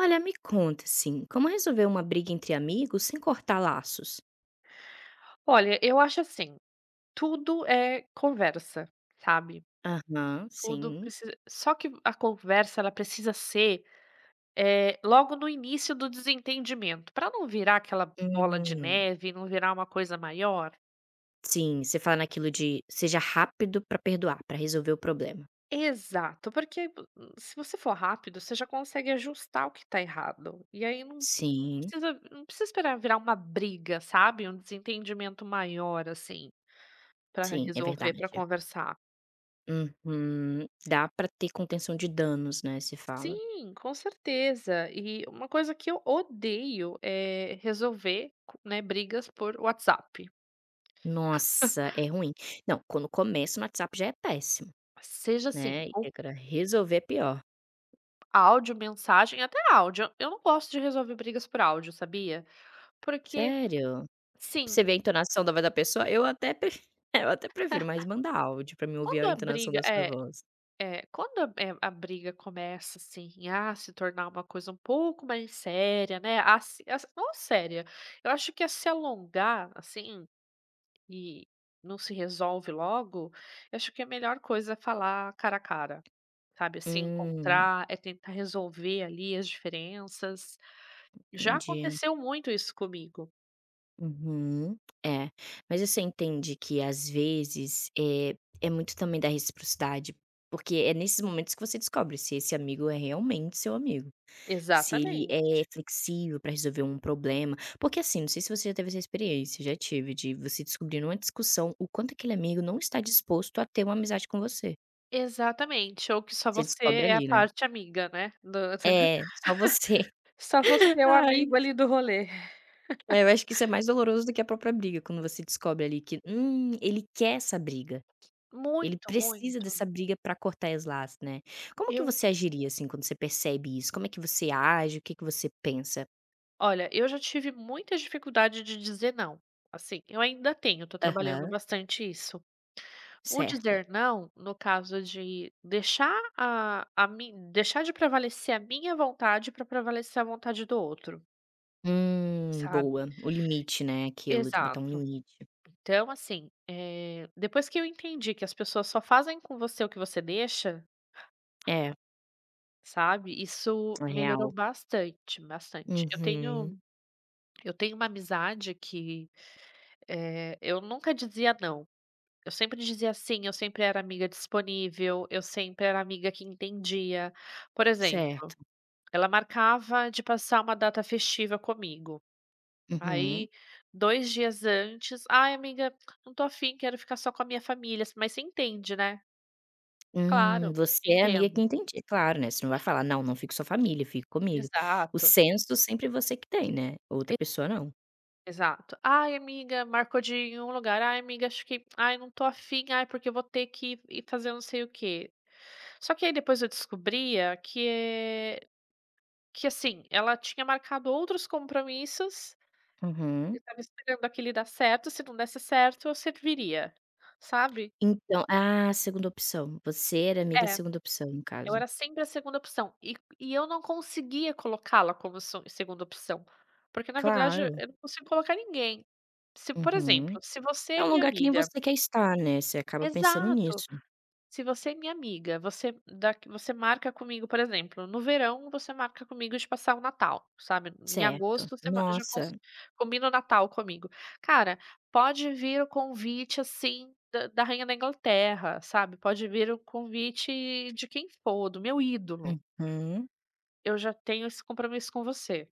Olha, me conta, assim, como resolver uma briga entre amigos sem cortar laços? Olha, eu acho assim, tudo é conversa, sabe. Aham, Tudo sim. precisa, só que a conversa ela precisa ser, logo no início do desentendimento, para não virar aquela bola de Hum, neve, não virar uma coisa maior. sim, você fala naquilo de seja rápido pra perdoar, pra resolver o problema. Exato, porque se você for rápido, você já consegue ajustar o que tá errado, e aí não Sim, precisa não precisa esperar virar uma briga, sabe, um desentendimento maior, assim, para sim, é resolver, verdade. para conversar. Uhum, dá pra ter contenção de danos, né, se fala. Sim, com certeza. E uma coisa que eu odeio é resolver, né, brigas por WhatsApp. Nossa, é ruim. Não, quando começa no WhatsApp já é péssimo, Seja assim, né, e ou agora resolver é pior. áudio, mensagem, até áudio. Eu não gosto de resolver brigas por áudio, sabia? Porque, Sério? Pra sim, você ver a entonação da voz da pessoa, eu até pref eu até prefiro, mais mandar áudio pra mim ouvir quando a a entonação briga da sua é, voz. é quando a, é, a briga começa assim a se tornar uma coisa um pouco mais séria, né? A, se- a, não séria. Eu acho que a se alongar, assim. E não se resolve logo, eu acho que a melhor coisa é falar cara a cara, sabe, é se Hum, encontrar, é tentar resolver ali as diferenças. Já entendi. aconteceu muito isso comigo. Uhum. É, mas você entende que às vezes, é muito também da reciprocidade, porque é nesses momentos que você descobre se esse amigo é realmente seu amigo, se ele é Exatamente. flexível pra resolver um problema. Porque assim, não sei se você já teve essa experiência, já tive, de você descobrir numa discussão o quanto aquele amigo não está disposto a ter uma amizade com você. Exatamente, ou que só Você você descobre é a ali, né? parte amiga, né, do É, só você. só você é o Ai, amigo ali do rolê. é, eu acho que isso é mais doloroso do que a própria briga, quando você descobre ali que, ele quer essa briga, ele Muito, precisa muito. dessa briga pra cortar as laços, né. Como que Eu, você agiria, assim, quando você percebe isso? Como é que você age? O que você pensa? olha, eu já tive muita dificuldade de dizer não, assim, eu ainda tenho, tô trabalhando Aham, bastante isso. O certo. dizer não, no caso de deixar a min deixar de prevalecer a minha vontade para prevalecer a vontade do outro, sabe? Boa. O limite, né, aquilo de botar um Exato. limite. Então, assim, depois que eu entendi que as pessoas só fazem com você o que você deixa, É, sabe, isso é melhorou real. bastante, bastante. Eu Uhum, tenho eu tenho uma amizade que, eu nunca dizia não. Eu sempre dizia sim, eu sempre era amiga disponível, eu sempre era amiga que entendia. Por exemplo, certo. ela marcava de passar uma data festiva comigo. Uhum. Aí, 2 dias antes: "Ai amiga, não tô afim, quero ficar só com a minha família", mas você entende, né. "Claro, Você é a amiga que entendo". entende, claro, né, você não vai falar: "Não, não fique com sua família, fique comigo". O Exato, senso sempre você que tem, né, outra e- pessoa não. exato. "Ai amiga", marcou de ir em um lugar: "Ai amiga, acho que ai não tô afim, ai porque eu vou ter que ir fazer não sei o quê". Só que aí depois eu descobria que, é, que assim, ela tinha marcado outros compromissos. Eu Uhum. estava esperando aquele dar certo, se não desse certo eu serviria, sabe? Então ah, segunda opção, você era amiga É, segunda opção no eu caso. era sempre a segunda opção e eu não conseguia colocá-la como segunda opção, porque na verdade Claro. eu não consigo colocar ninguém. Se, por exemplo, Uhum. se você É é um minha lugar que nem amiga, você quer estar, né, você acaba pensando exato. nisso. Se você é minha amiga, você marca comigo, por exemplo, no verão você marca comigo de passar o Natal, sabe, em Certo. agosto você ma já cons Nossa. combina o Natal comigo. Cara, pode vir o convite, assim, da rainha da Inglaterra, sabe, pode vir o convite de quem for, do meu ídolo, Uhum. eu já tenho esse compromisso com você.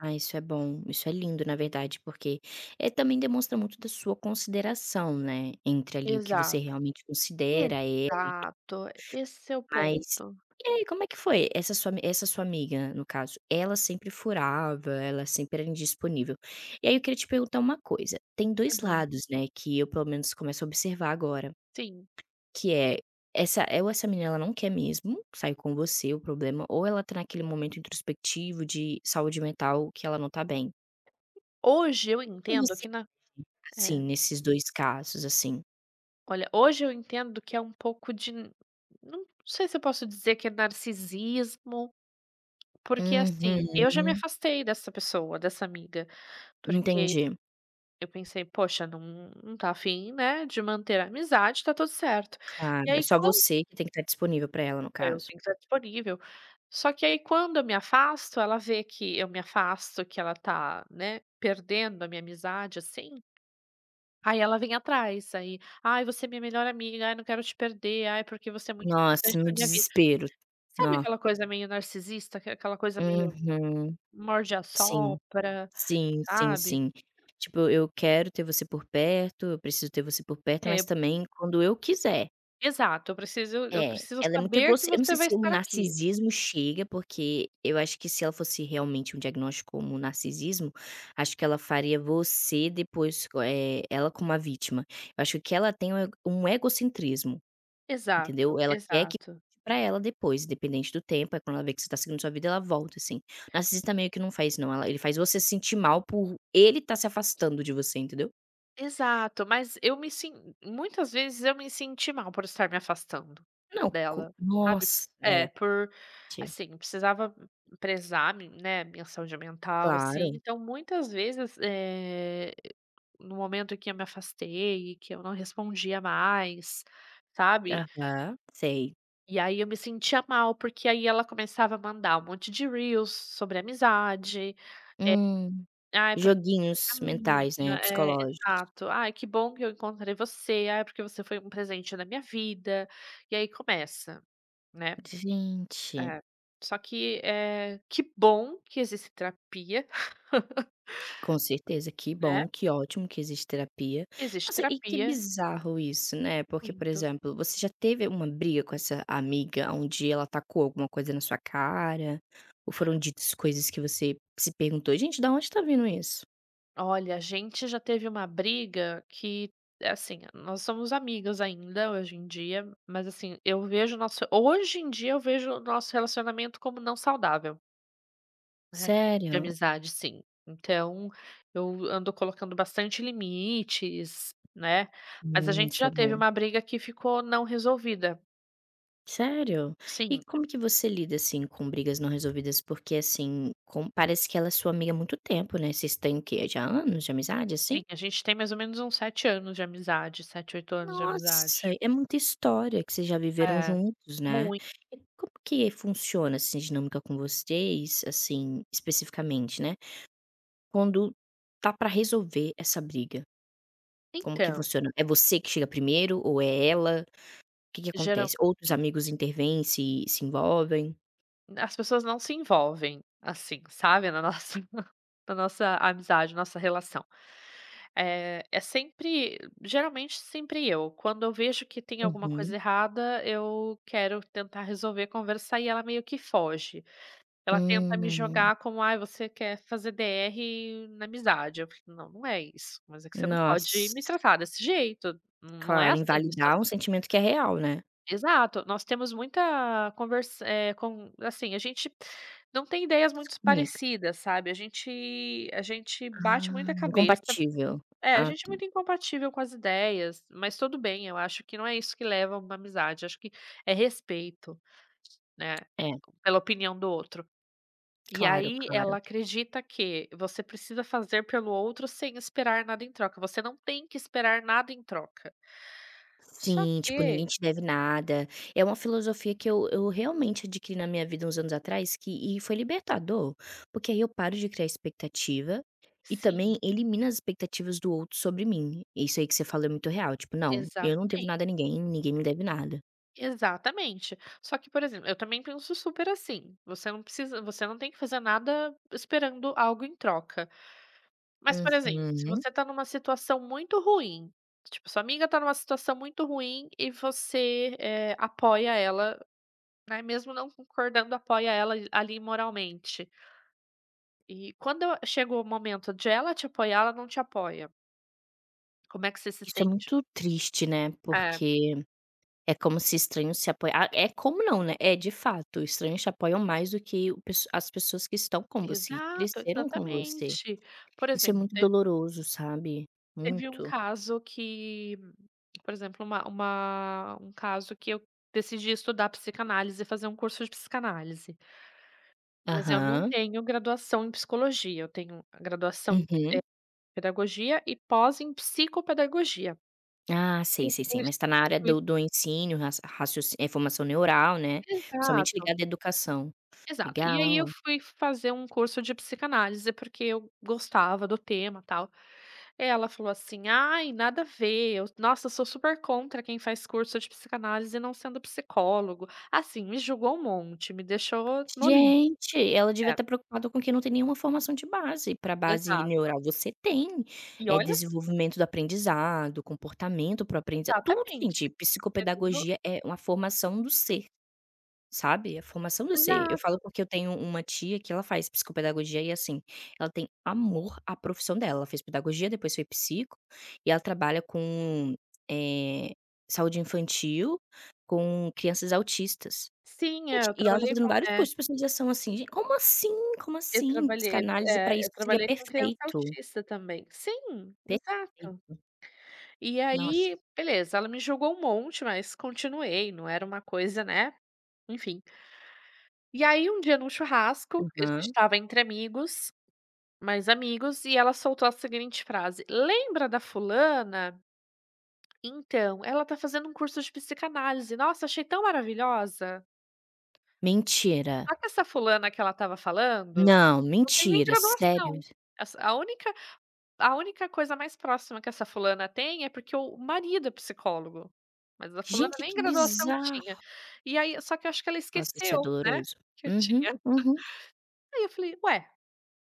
Ah, isso é bom, isso é lindo na verdade, porque, também demonstra muito da sua consideração, né, entre ali o que você Exato, realmente considera ela e exato, esse é o Mas ponto. e aí, como é que foi? Essa sua amiga, no caso, ela sempre furava, ela sempre era indisponível. E aí eu queria te perguntar uma coisa, tem dois Aham, lados, né, que eu pelo menos começo a observar agora, sim. que é essa menina ela não quer mesmo sair com você, o problema, ou ela tá naquele momento introspectivo de saúde mental que ela não tá bem. Hoje eu O que entendo você que na tá, é. assim, nesses 2 casos, assim? Olha, hoje eu entendo que é um pouco de, não sei se eu posso dizer que é narcisismo, porque, assim, eu já me Uhum, afastei dessa pessoa, dessa amiga, porque entendi. eu pensei: "Poxa, não tá afim, né, de manter a amizade, tá tudo certo". E Claro, é aí só quando você que tem que estar disponível pra ela, no eu tenho caso. que estar disponível. Só que aí quando eu me afasto, ela vê que eu me afasto, que ela tá, né, perdendo a minha amizade, assim, aí ela vem atrás, aí: "Ai, você é minha melhor amiga. Ai, não quero te perder. Ai, porque você é muito Nossa, importante no na minha vida". desespero. Sabe Nó aquela coisa meio narcisista, que é aquela coisa meio uhum. Sim, morde-a-sopra, sim, sim, sabe? sim. Tipo, eu quero ter você por perto, eu preciso ter você por perto, mas É, também quando eu quiser. exato, eu preciso eu É, preciso ela é muito saber que egoci eu não você sei se vai o estar aqui. narcisismo chega, porque eu acho que se ela fosse realmente um diagnóstico como narcisismo, acho que ela faria você depois, ela como a vítima. Eu acho que ela tem um egocentrismo. Entendeu? Exato, Ela quer que exato. volte pra ela depois, independente do tempo, aí quando ela vê que você tá seguindo sua vida, ela volta, assim. O Narcisista meio que não faz não, ela ele faz você se sentir mal por ele tá se afastando de você, entendeu? Exato, mas eu me sin muitas vezes eu me senti mal por estar me afastando Não, co dela, sabe? nossa, é, É, por ti assim, eu precisava prezar, né, minha saúde mental, assim, claro. então muitas vezes, no momento em que eu me afastei que eu não respondia mais, sabe. Aham, sei. E aí eu me sentia mal, porque aí ela começava a mandar um monte de reels sobre amizade. Hum, "Ai, porque joguinhos mentais, né, amiga", é, psicológicos. exato. "Ai, que bom que eu encontrei você. Ai, porque você foi um presente na minha vida". E aí começa, né. Gente. É. Só que, é que bom que existe terapia, Com certeza, que né, bom, que ótimo que existe terapia. existe Nossa, e que terapia. bizarro isso, né, porque, por Muito. exemplo, você já teve uma briga com essa amiga onde ela tacou alguma coisa na sua cara? Ou foram ditas coisas que você se perguntou: "Gente, da onde tá vindo isso?". Olha, a gente já teve uma briga que, assim, nós somos amigas ainda hoje em dia, mas assim, eu vejo o nosso hoje em dia eu vejo o nosso relacionamento como não saudável, né, de Sério? amizade, sim. Então, eu ando colocando bastante limites, né, mas a gente Isso é já teve bom. uma briga que ficou não resolvida. Sério? E Sim, como que você lida, assim, com brigas não resolvidas? Porque, assim, com parece que ela é sua amiga há muito tempo, né, vocês têm o quê? Já anos de amizade, assim? sim, a gente tem mais ou menos uns 7 anos de amizade, 7 8 anos de Nossa, amizade. é muita história que vocês já viveram É, juntos, né. muito. E como que funciona, assim, a dinâmica com vocês, assim, especificamente, né, quando tá pra resolver essa briga? Como que Então, funciona? É você que chega primeiro ou é ela? O Que que geral acontece? Outros amigos intervêm, se envolvem? as pessoas não se envolvem, assim, sabe, na nossa na nossa amizade, nossa relação. É sempre, geralmente sempre eu. Quando eu vejo que tem alguma coisa Uhum. errada, eu quero tentar resolver, conversar e ela meio que foge. Ela tenta me Hum. jogar como: "Ai, você quer fazer DR na amizade". Eu fico: "Não, não é isso, mas é que você não pode me Nossa, tratar desse jeito, não é claro, assim isso". invalidar um sentimento que é real, né. Exato, nós temos muita conversa, com assim, a gente não tem ideias Se muito comunica. parecidas, sabe, a gente bate Ah, muita cabeça, incompatível. é, a Ah, gente é tá. muito incompatível com as ideias, mas tudo bem, eu acho que não é isso que leva a uma amizade, acho que é respeito, né, É, pela opinião do outro. E claro, aí ela claro. acredita que você precisa fazer pelo outro sem esperar nada em troca, você não tem que esperar nada em troca. Só Sim, tipo, ninguém que te deve nada. É uma filosofia que eu realmente adquiri na minha vida uns anos atrás que e foi libertador, porque aí eu paro de criar expectativa e também sim. elimino as expectativas do outro sobre mim. Isso aí que você falou é muito real, tipo: "Não, eu não devo Exatamente, nada a ninguém, ninguém me deve nada". exatamente. Só que, por exemplo, eu também penso super assim, você não tem que fazer nada esperando algo em troca. Mas, por exemplo, se Uhum. você tá numa situação muito ruim, tipo, sua amiga tá numa situação muito ruim e você, apoia ela, né, mesmo não concordando, apoia ela ali moralmente. E quando chega o momento de ela te apoiar, ela não te apoia. Como é que você se Isso é sente? muito triste, né, É, porque é como se estranhos se apoia ah, é como não, né, é de fato, estranhos te apoiam mais do que o pesso as pessoas que estão com você, que exato, cresceram com você. exatamente. Por Isso é exemplo, muito doloroso, sabe? teve um Muito. caso que, por exemplo, uma um caso que eu decidi estudar psicanálise e fazer um curso de psicanálise, mas eu não Aham. tenho graduação em psicologia, eu tenho graduação em Uhum. pedagogia e pós em psicopedagogia. Ah, E sei, sei, sei. fui Mas está na e área fui do ensino, raciocínio formação neural, né, principalmente exato. ligada à educação. Exato. E aí eu Legal. fui fazer um curso de psicanálise, porque eu gostava do tema, tal. Ela falou assim: "Ai, nada a ver, eu, nossa, eu sou super contra quem faz curso de psicanálise não sendo psicólogo". Assim, me julgou um monte, me deixou no limbo. Gente, ela devia É, estar preocupada com quem não tem nenhuma formação de base, para base exato. neural você tem, E É olha s desenvolvimento do aprendizado, comportamento para o aprendizado, tudo exatamente. gente, Segundo psicopedagogia é uma formação do ser. Sabe, a formação do ser. Eu falo exato. porque eu tenho uma tia que ela faz psicopedagogia e, assim, ela tem amor à profissão dela. Ela fez pedagogia, depois foi psico, e ela trabalha com, eh, saúde infantil, com crianças autistas. Sim, é, Gente, eu e ela tá trabalhei fazendo com vários cursos de especialização, assim, gen como assim, como assim? Psicanálise pra é, isso eu seria trabalhei com criança perfeito, autista também. Sim, exato. perfeito. E Nossa. aí, beleza, ela me jogou um monte, mas continuei, não era uma coisa, né, enfim. E aí um dia num churrasco, a gente Aham. estava entre amigos, mais amigos, e ela soltou a seguinte frase: "Lembra da fulana? Então, ela tá fazendo um curso de psicanálise, nossa, achei tão maravilhosa". Mentira. Só que essa fulana que ela estava falando, Não, não tem nem mentira, sério. graduação. Essa a única A única coisa mais próxima que essa fulana tem é porque o marido é psicólogo, mas a fulana Gente, nem que graduação tinha. bizarro. E aí, só que eu acho que ela Nossa, isso é esqueceu, né, doloroso. que eu Uhum, tinha. uhum. Aí eu falei: "Ué,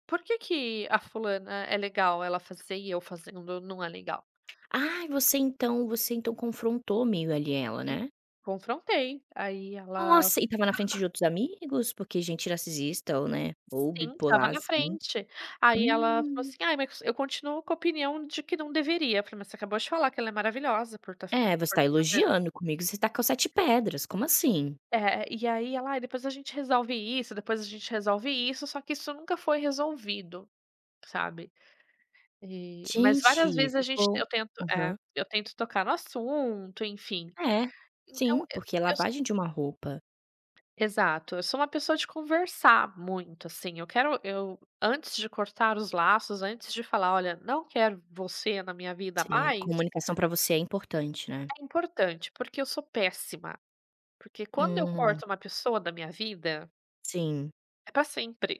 por que que a fulana é legal ela fazer e eu fazendo não é legal?" Ai, você então confrontou meio ali ela, Sim, né? confrontei. Aí ela, Nossa, e estava na frente de outros amigos? Porque gente narcisista ou, né, ou sim, estava bipolar, na assim frente. Aí ela falou hum. assim: "Ai, mas eu continuo com a opinião de que não deveria". Eu falei: "Mas você acabou de falar que ela é maravilhosa por estar É, você está fazendo". elogiando, comigo você tacou 7 pedras, como assim? É, e aí ela: "Ai, depois a gente resolve isso, depois a gente resolve isso", só que isso nunca foi resolvido, sabe. E mas várias Gente, vezes a gente ficou eu tento, é, aham. eu tento tocar no assunto, enfim. É, Então sim, porque é eu s lavagem de uma roupa. exato, eu sou uma pessoa de conversar muito, assim, eu quero, eu antes de cortar os laços, antes de falar: "Olha, não quero você na minha vida Sim, mais", comunicação pra você é importante, né? é importante, porque eu sou péssima. Porque quando eu Hum, corto uma pessoa da minha vida, sim. é pra sempre.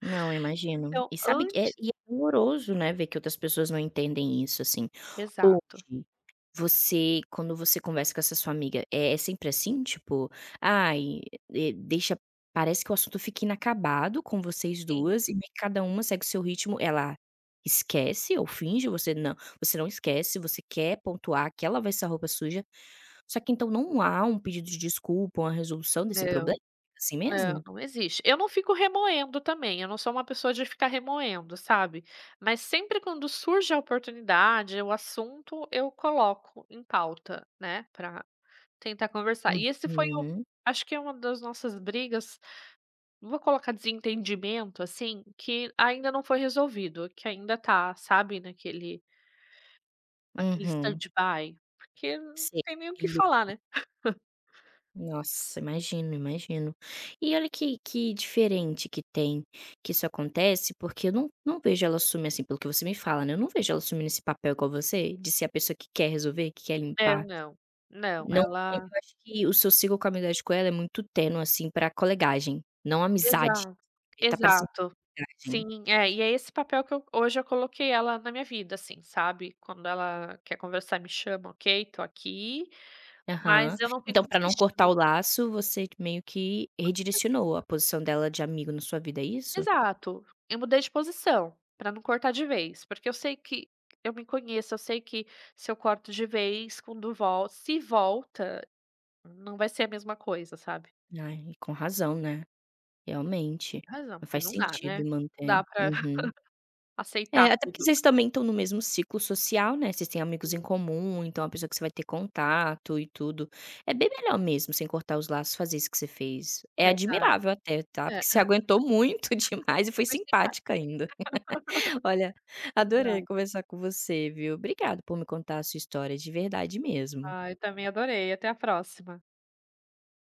Não, eu imagino. Então E sabe an que é doloroso, né, ver que outras pessoas não entendem isso, assim. Exato. Hoje, você conversa com essa sua amiga, é sempre assim? Tipo: "Ai, deixa parece que o assunto fica inacabado com vocês Sim. duas e meio que cada uma segue o seu ritmo". Ela esquece ou finge, você não esquece, você quer pontuar que ela vai essa roupa suja, só que então não há um pedido de desculpa, uma resolução desse Não, problema? Assim mesmo? não existe. Eu não fico remoendo também, eu não sou uma pessoa de ficar remoendo, sabe. Mas sempre quando surge a oportunidade, o assunto, eu coloco em pauta, né, pra tentar conversar. E esse foi o, Uhum, acho que é uma das nossas brigas, não vou colocar desentendimento, assim, que ainda não foi resolvido, que ainda tá, sabe, naquele uhum. stand-by, porque não Sei, tem nem o que que lou falar, né. nossa, imagino, imagino. E olha que diferente que tem que isso acontece, porque eu não vejo ela assumir, assim, pelo que você me fala, né, eu não vejo ela assumindo esse papel igual você, de ser a pessoa que quer resolver, que quer Não, limpar. não. Não, Não, eu ela acho que o seu ciclo com a amizade com ela é muito tênue, assim, pra colegagem, não amizade. Exato, Tá parecendo exato. colegagem. Sim, é, e é esse papel que eu coloquei ela na minha vida, assim, sabe. Quando ela quer conversar, me chama: "Ok, tô aqui", Aham. mas eu não Então fico pra não cortar insistindo. o laço, você meio que redirecionou a posição dela de amigo na sua vida, é isso? Exato, eu mudei de posição, pra não cortar de vez, porque eu sei que eu me conheço, eu sei que se eu corto de vez, quando volta, se volta, não vai ser a mesma coisa, sabe. Ai, e com razão, né. Realmente, Tem razão, não porque faz não dá, sentido né, não manter. dá pra Uhum. É, aceitar até porque tudo. vocês também estão no mesmo ciclo social, né, vocês têm amigos em Hum, comum, então é uma pessoa que você vai ter contato e tudo. É bem melhor mesmo, sem cortar os laços, fazer isso que você fez. É verdade. admirável até, tá, É, porque você aguentou muito demais e foi depois tem mais, simpática ainda. Olha, não dá. adorei conversar com você, viu. Obrigado por me contar a sua história, de verdade mesmo. Ah, eu também adorei. Até a próxima.